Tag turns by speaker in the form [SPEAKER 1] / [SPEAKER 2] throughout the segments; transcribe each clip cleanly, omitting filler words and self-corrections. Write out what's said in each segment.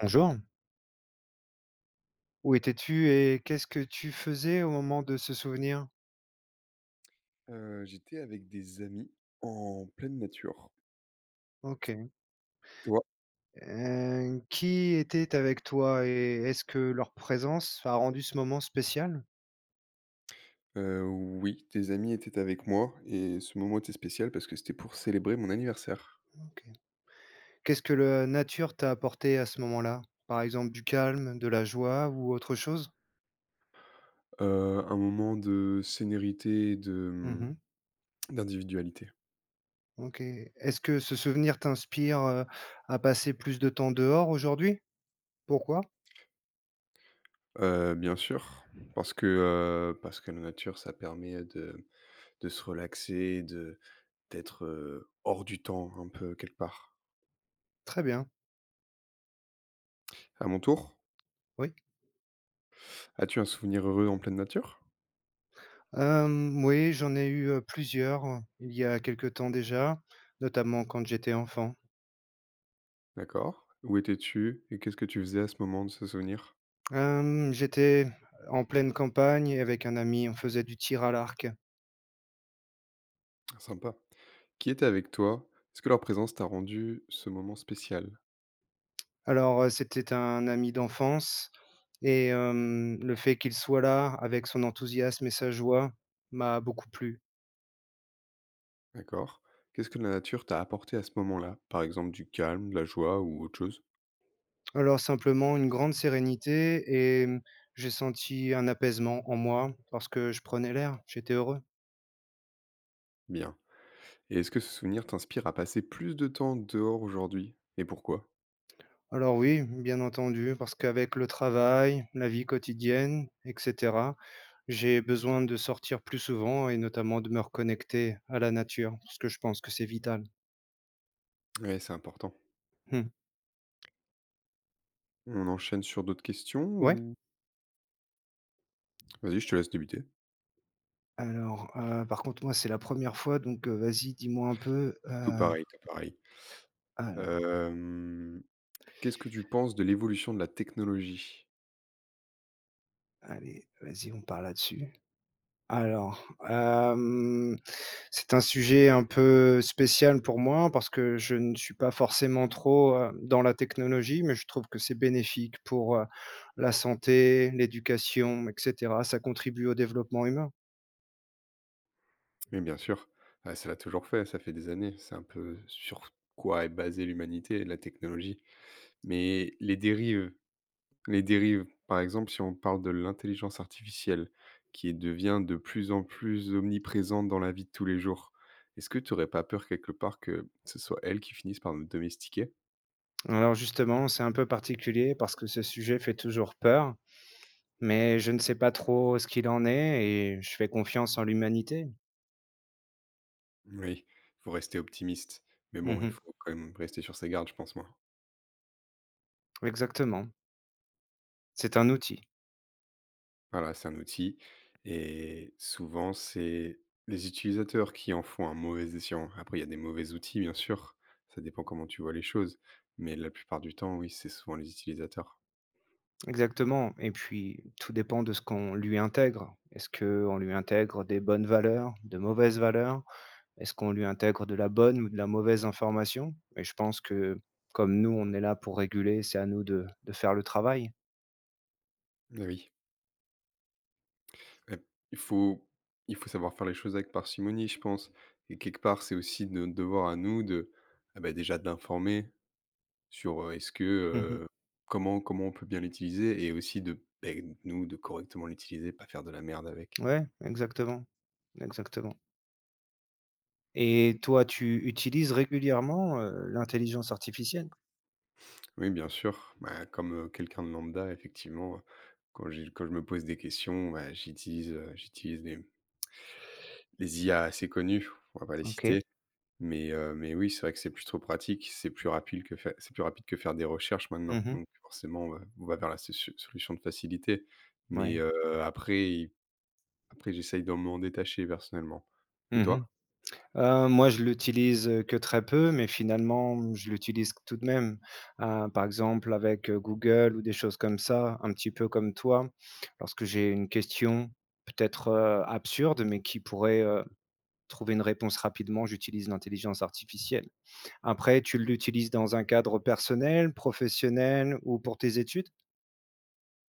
[SPEAKER 1] Bonjour. Où étais-tu et qu'est-ce que tu faisais au moment de ce souvenir?
[SPEAKER 2] J'étais avec des amis en pleine nature.
[SPEAKER 1] OK.
[SPEAKER 2] Toi?
[SPEAKER 1] Qui était avec toi et est-ce que leur présence a rendu ce moment spécial?
[SPEAKER 2] Oui, tes amis étaient avec moi et ce moment était spécial parce que c'était pour célébrer mon anniversaire.
[SPEAKER 1] OK. Qu'est-ce que la nature t'a apporté à ce moment-là? Par exemple du calme, de la joie ou autre chose?
[SPEAKER 2] Un moment de sénérité et
[SPEAKER 1] Mmh.
[SPEAKER 2] d'individualité.
[SPEAKER 1] OK. Est-ce que ce souvenir t'inspire, à passer plus de temps dehors aujourd'hui? Pourquoi?
[SPEAKER 2] Bien sûr, parce que, parce que la nature, ça permet de se relaxer, de d'être, hors du temps un peu quelque part.
[SPEAKER 1] Très bien,
[SPEAKER 2] À mon tour,
[SPEAKER 1] oui.
[SPEAKER 2] as-tu un souvenir heureux en pleine nature?
[SPEAKER 1] Oui, j'en ai eu, plusieurs, il y a quelque temps déjà, notamment quand j'étais enfant.
[SPEAKER 2] D'accord. Où étais-tu et qu'est-ce que tu faisais à ce moment de ce souvenir?
[SPEAKER 1] J'étais en pleine campagne et avec un ami, on faisait du tir à l'arc.
[SPEAKER 2] Sympa. Qui était avec toi? Est-ce que leur présence t'a rendu ce moment spécial?
[SPEAKER 1] Alors, c'était un ami d'enfance et le fait qu'il soit là avec son enthousiasme et sa joie m'a beaucoup plu.
[SPEAKER 2] D'accord. Qu'est-ce que la nature t'a apporté à ce moment-là? Par exemple, du calme, de la joie ou autre chose?
[SPEAKER 1] Alors simplement une grande sérénité et j'ai senti un apaisement en moi parce que je prenais l'air, j'étais heureux.
[SPEAKER 2] Bien. Et est-ce que ce souvenir t'inspire à passer plus de temps dehors aujourd'hui? Et pourquoi?
[SPEAKER 1] Alors oui, bien entendu, parce qu'avec le travail, la vie quotidienne, et cetera, j'ai besoin de sortir plus souvent et notamment de me reconnecter à la nature, parce que je pense que c'est vital.
[SPEAKER 2] Ouais, c'est important.
[SPEAKER 1] Mmh.
[SPEAKER 2] On enchaîne sur d'autres questions
[SPEAKER 1] Ouais.
[SPEAKER 2] ou? Vas-y, je te laisse débuter.
[SPEAKER 1] Alors, par contre, moi, c'est la première fois, donc vas-y, dis-moi un peu,
[SPEAKER 2] Tout pareil, tout pareil.
[SPEAKER 1] alors,
[SPEAKER 2] Hem, Qu'est-ce que tu penses de l'évolution de la technologie?
[SPEAKER 1] allez, vas-y, on part là-dessus. Alors, c'est un sujet un peu spécial pour moi parce que je ne suis pas forcément trop, dans la technologie, mais je trouve que c'est bénéfique pour, la santé, l'éducation et cetera. Ça contribue au développement humain.
[SPEAKER 2] Oui, bien sûr. Ah, ça l'a toujours fait, ça fait des années. C'est un peu sur quoi est basée l'humanité, la technologie. Mais les dérives, par exemple, si on parle de l'intelligence artificielle, qui devient de plus en plus omniprésente dans la vie de tous les jours, est-ce que tu n'aurais pas peur quelque part que ce soit elle qui finisse par nous domestiquer?
[SPEAKER 1] Alors justement, c'est un peu particulier parce que ce sujet fait toujours peur, mais je ne sais pas trop ce qu'il en est et je fais confiance en l'humanité.
[SPEAKER 2] Oui, il faut rester optimiste. Mais bon, il
[SPEAKER 1] Mmh.
[SPEAKER 2] faut quand même rester sur ses gardes, je pense, moi.
[SPEAKER 1] Exactement, c'est un outil.
[SPEAKER 2] Voilà, c'est un outil et souvent, c'est les utilisateurs qui en font un mauvais escient. Après, il y a des mauvais outils, bien sûr, ça dépend comment tu vois les choses, mais la plupart du temps, oui, c'est souvent les utilisateurs.
[SPEAKER 1] Exactement et puis tout dépend de ce qu'on lui intègre. Est-ce qu'on lui intègre des bonnes valeurs, de mauvaises valeurs? Est-ce qu'on lui intègre de la bonne ou de la mauvaise information? Et je pense que comme nous, on est là pour réguler, c'est à nous de faire le travail.
[SPEAKER 2] Eh oui, heu, il faut il faut savoir faire les choses avec parcimonie, je pense et quelque part, c'est aussi notre devoir à nous de, ah bah, déjà d'informer sur, est-ce que,
[SPEAKER 1] Mmh.
[SPEAKER 2] comment on peut bien l'utiliser et aussi de, beh, nous, de correctement l'utiliser, pas faire de la merde avec.
[SPEAKER 1] Ouais, exactement, exactement. Et toi, tu utilises régulièrement, l'intelligence artificielle?
[SPEAKER 2] Oui, bien sûr. Bah, quelqu'un de lambda, effectivement, quand je me pose des questions, bah, j'utilise les IA assez connues, on va pas les
[SPEAKER 1] OK.
[SPEAKER 2] citer, mais mais oui, c'est vrai que c'est plutôt pratique, c'est plus rapide que faire des recherches maintenant,
[SPEAKER 1] Mmh.
[SPEAKER 2] donc forcément, on va vers la sosu solution de facilité, mais
[SPEAKER 1] Ouais.
[SPEAKER 2] après il après j'essaye de m'en détacher personnellement. Et
[SPEAKER 1] Mmh.
[SPEAKER 2] toi?
[SPEAKER 1] Moi, je l'utilise, que très peu, mais finalement, je l'utilise tout de même. Par exemple avec, Google ou des choses comme ça, un petit peu comme toi. Lorsque j'ai une question peut-être, absurde, mais qui pourrait, trouver une réponse rapidement, j'utilise l'intelligence artificielle. Après, tu l'utilises dans un cadre personnel, professionnel ou pour tes études?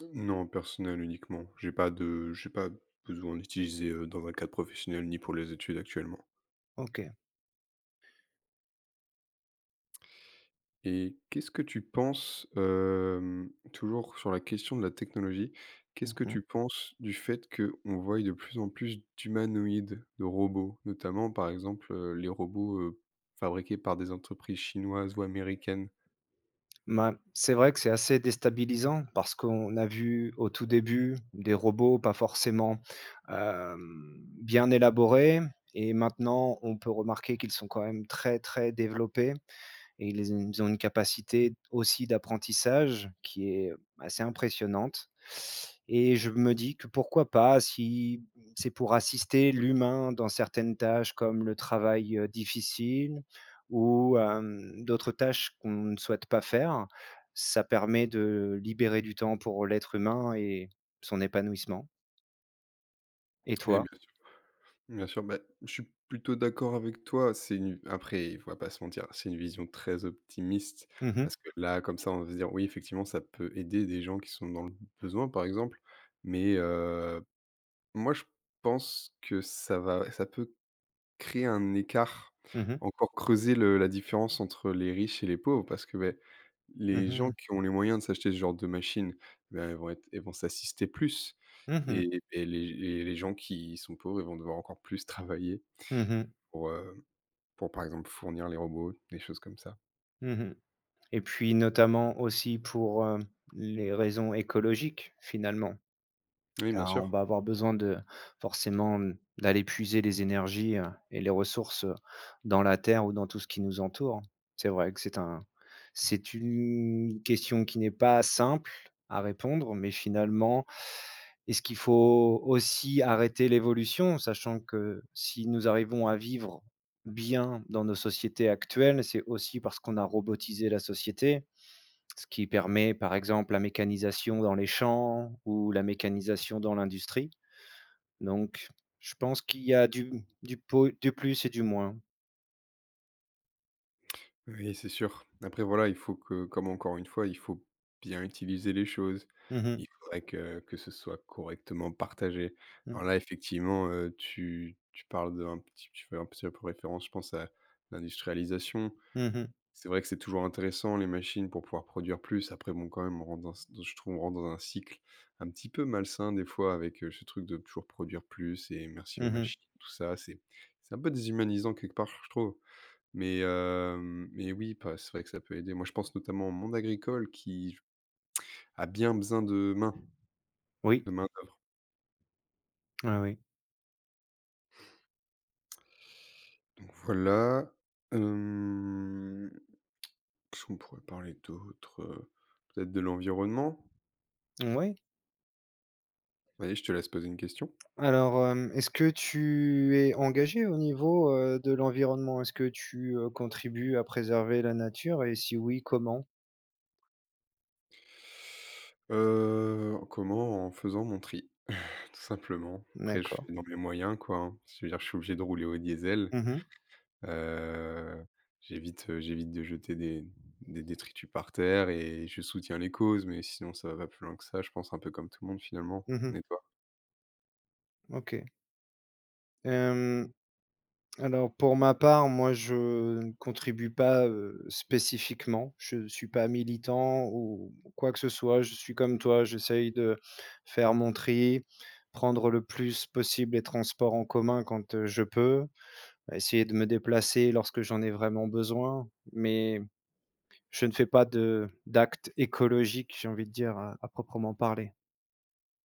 [SPEAKER 2] Mmh. Non, personnel uniquement. J'ai pas besoin d'utiliser, dans un cadre professionnel ni pour les études actuellement.
[SPEAKER 1] OK.
[SPEAKER 2] Et qu'est-ce que tu penses, toujours sur la question de la technologie, qu'est-ce que
[SPEAKER 1] Mmh.
[SPEAKER 2] tu penses du fait qu'on voit de plus en plus d'humanoïdes, de robots? Notamment, par exemple, les robots, fabriqués par des entreprises chinoises ou américaines.
[SPEAKER 1] Bah, c'est vrai que c'est assez déstabilisant parce qu'on a vu au tout début des robots pas forcément, bien élaborés et maintenant on peut remarquer qu'ils sont quand même très, très développés et ils ont une capacité aussi d'apprentissage qui est assez impressionnante. Et je me dis que pourquoi pas, si c'est pour assister l'humain dans certaines tâches comme le travail, difficile ou, d'autres tâches qu'on ne souhaite pas faire, ça permet de libérer du temps pour l'être humain et son épanouissement. Et
[SPEAKER 2] Ouais,
[SPEAKER 1] toi?
[SPEAKER 2] bien sûr, bah, je suis plutôt d'accord avec toi. C'est une Après, on faut pas se mentir, c'est une vision très optimiste
[SPEAKER 1] Mmh mh.
[SPEAKER 2] parce que là, comme ça, on va se dire: «Oui, effectivement, ça peut aider des gens qui sont dans le besoin», par exemple, mais moi, je pense que ça peut créer un écart,
[SPEAKER 1] Mmh mh.
[SPEAKER 2] encore creuser le la différence entre les riches et les pauvres parce que, beh,
[SPEAKER 1] Mmh
[SPEAKER 2] les gens
[SPEAKER 1] mh.
[SPEAKER 2] qui ont les moyens de s'acheter ce genre de machine, bah, elles vont s'assister plus
[SPEAKER 1] Mmh.
[SPEAKER 2] et les gens qui sont pauvres, ils vont devoir encore plus travailler
[SPEAKER 1] Mmh.
[SPEAKER 2] pour, heu, pour par exemple fournir les robots, des choses comme ça.
[SPEAKER 1] Mmh. Et puis notamment aussi pour, les raisons écologiques finalement,
[SPEAKER 2] Oui, bien
[SPEAKER 1] car on
[SPEAKER 2] sûr.
[SPEAKER 1] va avoir besoin de forcément, d'aller puiser les énergies, et les ressources, dans la terre ou dans tout ce qui nous entoure. C'est vrai que c'est une question qui n'est pas simple à répondre, mais finalement, est-ce qu'il faut aussi arrêter l'évolution? Sachant que si nous arrivons à vivre bien dans nos sociétés actuelles, c'est aussi parce qu'on a robotisé la société. Ce qui permet, par exemple, la mécanisation dans les champs ou la mécanisation dans l'industrie. Donc, je pense qu'il y a du plus et du moins.
[SPEAKER 2] Oui, c'est sûr. Après, voilà, il faut que, comme encore une fois, il faut bien utiliser les choses.
[SPEAKER 1] Mmh mh.
[SPEAKER 2] Il faudrait que ce soit correctement partagé.
[SPEAKER 1] Mmh.
[SPEAKER 2] Alors là, effectivement, tu parles tu fais un petit peu référence, je pense, à l'industrialisation.
[SPEAKER 1] Mmh.
[SPEAKER 2] C'est vrai que c'est toujours intéressant, les machines, pour pouvoir produire plus. Après, bon, quand même, je trouve, on rentre dans un cycle un petit peu malsain, des fois, avec ce truc de toujours produire plus et merci aux
[SPEAKER 1] Mmh.
[SPEAKER 2] machines, tout ça. C'est un peu déshumanisant quelque part, je trouve. Mais oui, pas c'est vrai que ça peut aider. Moi, je pense notamment au monde agricole qui a bien besoin
[SPEAKER 1] Oui,
[SPEAKER 2] de main-d'œuvre.
[SPEAKER 1] ah oui.
[SPEAKER 2] Donc voilà, hem, qu'est-ce qu'on pourrait parler d'autre? Peut-être de l'environnement?
[SPEAKER 1] Oui.
[SPEAKER 2] Vas-y, je te laisse poser une question.
[SPEAKER 1] Alors, est-ce que tu es engagé au niveau, de l'environnement? Est-ce que tu, contribues à préserver la nature et si oui, comment?
[SPEAKER 2] Comment? En faisant mon tri, tout simplement. Après, je
[SPEAKER 1] D'accord.
[SPEAKER 2] fais dans mes moyens, quoi, hein. Je veux dire, je suis obligé de rouler au diesel.
[SPEAKER 1] Mmh mh.
[SPEAKER 2] Heu, j'évite de jeter des détritus par terre et je soutiens les causes, mais sinon ça va pas plus loin que ça, je pense un peu comme tout le monde finalement.
[SPEAKER 1] Mmh.
[SPEAKER 2] Et toi?
[SPEAKER 1] OK. Hem Alors pour ma part, moi je ne contribue pas, spécifiquement. Je ne suis pas militant ou quoi que ce soit. Je suis comme toi, j'essaye de faire mon tri, prendre le plus possible les transports en commun quand, je peux, essayer de me déplacer lorsque j'en ai vraiment besoin, mais je ne fais pas de d'actes écologiques, j'ai envie de dire, à proprement parler.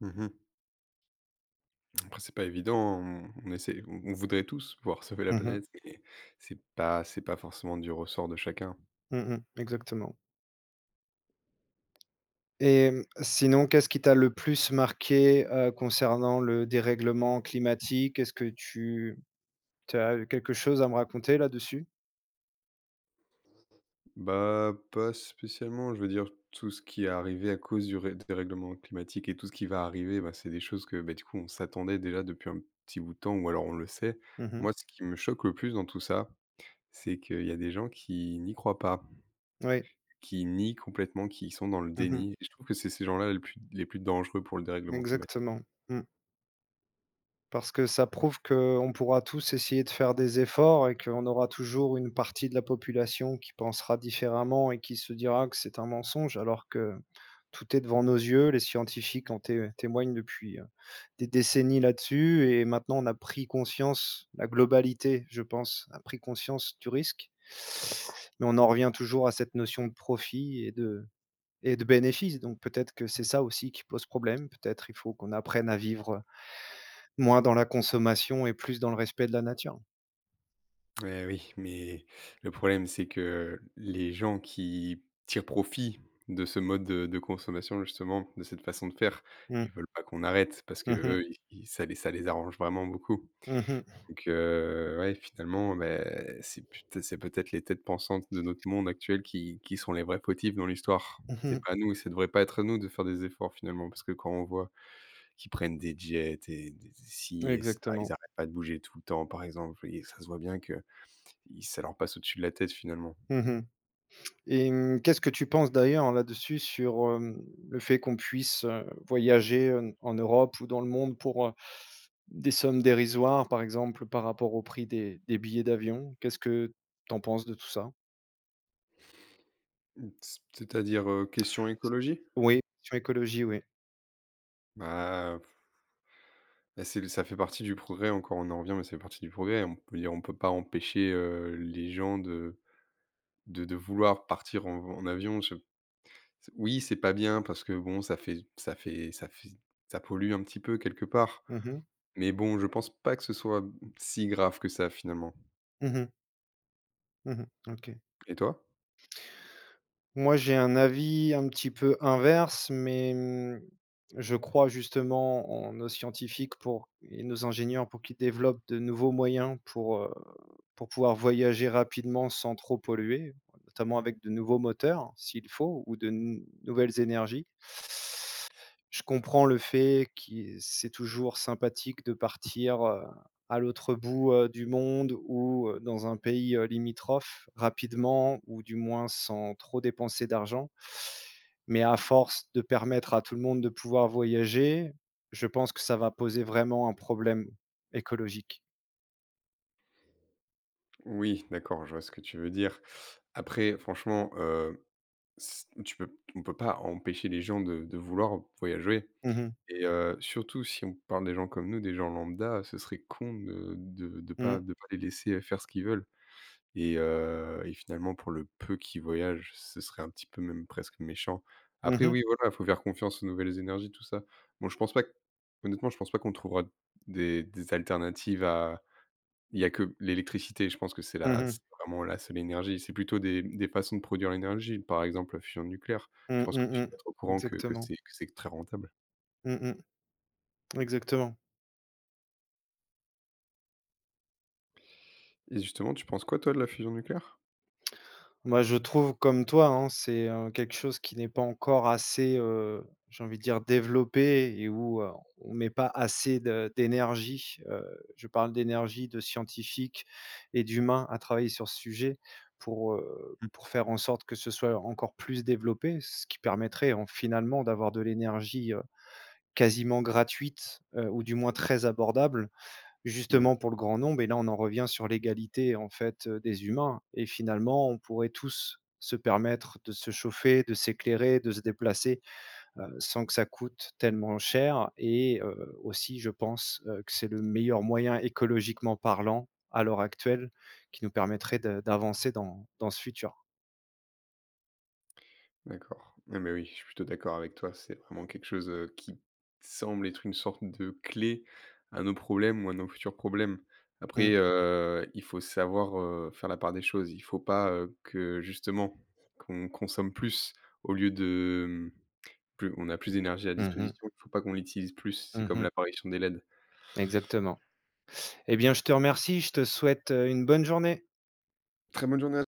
[SPEAKER 2] Mmh. Après c'est pas évident, on voudrait tous pouvoir sauver la
[SPEAKER 1] Mmh mh.
[SPEAKER 2] planète, mais c'est pas forcément du ressort de chacun.
[SPEAKER 1] Mmh. Exactement. Et sinon, qu'est-ce qui t'a le plus marqué, concernant le dérèglement climatique? Est-ce que tu as quelque chose à me raconter là-dessus?
[SPEAKER 2] Bah, pas spécialement, je veux dire tout ce qui est arrivé à cause du ré dérèglement climatique et tout ce qui va arriver, bah, c'est des choses que, bah, du coup on s'attendait déjà depuis un petit bout de temps ou alors on le sait.
[SPEAKER 1] Mmh.
[SPEAKER 2] Moi, ce qui me choque le plus dans tout ça, c'est qu'il y a des gens qui n'y croient pas,
[SPEAKER 1] Oui.
[SPEAKER 2] qui nient complètement, qui sont dans le
[SPEAKER 1] Mmh.
[SPEAKER 2] déni et je trouve que c'est ces gens-là les plus dangereux pour le dérèglement climatique.
[SPEAKER 1] Exactement. Mmh. Parce que ça prouve qu'on pourra tous essayer de faire des efforts et qu'on aura toujours une partie de la population qui pensera différemment et qui se dira que c'est un mensonge, alors que tout est devant nos yeux. Les scientifiques en té témoignent depuis, des décennies là-dessus et maintenant on a pris conscience, la globalité, je pense, a pris conscience du risque. Mais on en revient toujours à cette notion de profit et de bénéfice, donc peut-être que c'est ça aussi qui pose problème. Peut-être il faut qu'on apprenne à vivre, moins dans la consommation et plus dans le respect de la nature.
[SPEAKER 2] Eh oui, mais le problème, c'est que les gens qui tirent profit de ce mode de consommation, justement, de cette façon de faire,
[SPEAKER 1] Mmh.
[SPEAKER 2] ils veulent pas qu'on arrête parce
[SPEAKER 1] Mmh mh.
[SPEAKER 2] qu'eux, ils ils ça les arrange vraiment beaucoup.
[SPEAKER 1] Mmh mh.
[SPEAKER 2] Donc ouais, finalement, beh, c'est peut-être les têtes pensantes de notre monde actuel qui sont les vrais fautifs dans l'histoire.
[SPEAKER 1] Mmh
[SPEAKER 2] C'est
[SPEAKER 1] mh.
[SPEAKER 2] pas à nous, ça devrait pas être à nous de faire des efforts finalement, parce que quand on voit qu'ils prennent des jets et des ci et ça, ils
[SPEAKER 1] Exactement.
[SPEAKER 2] arrêtent pas de bouger tout le temps par exemple et ça se voit bien que ils ça leur passe au-dessus de la tête finalement.
[SPEAKER 1] Mmh mh et qu'est-ce que tu penses d'ailleurs là-dessus sur, le fait qu'on puisse, voyager, en Europe ou dans le monde pour, des sommes dérisoires, par exemple, par rapport au prix des billets d'avion? Qu'est-ce que tu en penses de tout ça?
[SPEAKER 2] Mmh, c'est-à-dire, question
[SPEAKER 1] C
[SPEAKER 2] écologie?
[SPEAKER 1] oui, sur écologie, oui.
[SPEAKER 2] Bah, bah, c'est ça fait partie du progrès encore, on en revient, mais ça fait partie du progrès. On peut pas empêcher, les gens de vouloir partir en avion, je oui, c'est pas bien parce que bon, ça pollue un petit peu quelque part,
[SPEAKER 1] Mmh mh.
[SPEAKER 2] mais bon, je pense pas que ce soit, mmh, si grave que ça finalement.
[SPEAKER 1] Mmh mh. Mmh mh. OK.
[SPEAKER 2] Et toi?
[SPEAKER 1] Moi, j'ai un avis un petit peu inverse, mais je crois justement en nos scientifiques pour et nos ingénieurs pour qu'ils développent de nouveaux moyens pour pouvoir voyager rapidement sans trop polluer, notamment avec de nouveaux moteurs s'il faut ou de n nouvelles énergies. Je comprends le fait qui c'est toujours sympathique de partir, à l'autre bout, du monde ou dans un pays, limitrophe rapidement ou du moins sans trop dépenser d'argent. Mais à force de permettre à tout le monde de pouvoir voyager, je pense que ça va poser vraiment un problème écologique.
[SPEAKER 2] Oui, d'accord, je vois ce que tu veux dire. Après franchement, s tu peux on peut pas empêcher les gens de vouloir voyager
[SPEAKER 1] Mmh mh.
[SPEAKER 2] et surtout si on parle des gens comme nous, des gens lambda, ce serait con de ne de
[SPEAKER 1] Mmh.
[SPEAKER 2] de pas les laisser faire ce qu'ils veulent. Et finalement, pour le peu qui voyage, ce serait un petit peu même presque méchant.
[SPEAKER 1] Mmh
[SPEAKER 2] Après
[SPEAKER 1] mh.
[SPEAKER 2] oui, voilà, il faut faire confiance aux nouvelles énergies, tout ça. Bon, je pense pas q honnêtement, je pense pas qu'on trouvera des alternatives à il y a que l'électricité, je pense que
[SPEAKER 1] Mmh.
[SPEAKER 2] c'est vraiment la seule énergie. C'est plutôt des façons de produire l'énergie, par exemple, la fusion nucléaire. Je
[SPEAKER 1] Mmh,
[SPEAKER 2] pense que tu
[SPEAKER 1] mmh.
[SPEAKER 2] dois être au courant que que
[SPEAKER 1] Exactement.
[SPEAKER 2] c'est que c'est très rentable
[SPEAKER 1] Mmh mh. Exactement.
[SPEAKER 2] et justement, tu penses quoi toi de la fusion nucléaire?
[SPEAKER 1] Moi, je trouve comme toi, hein, c'est, quelque chose qui n'est pas encore assez, j'ai envie de dire développé et où, on met pas assez de d'énergie, je parle d'énergie de scientifiques et d'humains à travailler sur ce sujet pour faire en sorte que ce soit encore plus développé. Ce qui permettrait en finalement d'avoir de l'énergie, quasiment gratuite, ou du moins très abordable.
[SPEAKER 2] Mmh.
[SPEAKER 1] Justement pour le grand nombre et là on en revient sur l'égalité en fait, des humains et finalement on pourrait tous se permettre de se chauffer, de s'éclairer, de se déplacer, sans que ça coûte tellement cher et aussi je pense, que c'est le meilleur moyen écologiquement parlant à l'heure actuelle qui nous permettrait de d'avancer dans ce futur.
[SPEAKER 2] D'accord. Ah mais oui, je suis plutôt d'accord avec toi. C'est vraiment quelque chose, qui semble être une sorte de clé à nos problèmes ou à nos futurs problèmes. Après,
[SPEAKER 1] Mmh.
[SPEAKER 2] il faut savoir, faire la part des choses. Il faut pas, que justement qu'on consomme plus au lieu de, plus on a plus d'énergie à
[SPEAKER 1] Mmh mh.
[SPEAKER 2] disposition, il faut pas qu'on l'utilise plus. C'est comme
[SPEAKER 1] Mmh.
[SPEAKER 2] l'apparition des LED.
[SPEAKER 1] Exactement. Eh bien je te remercie, je te souhaite, une bonne journée.
[SPEAKER 2] Très bonne journée à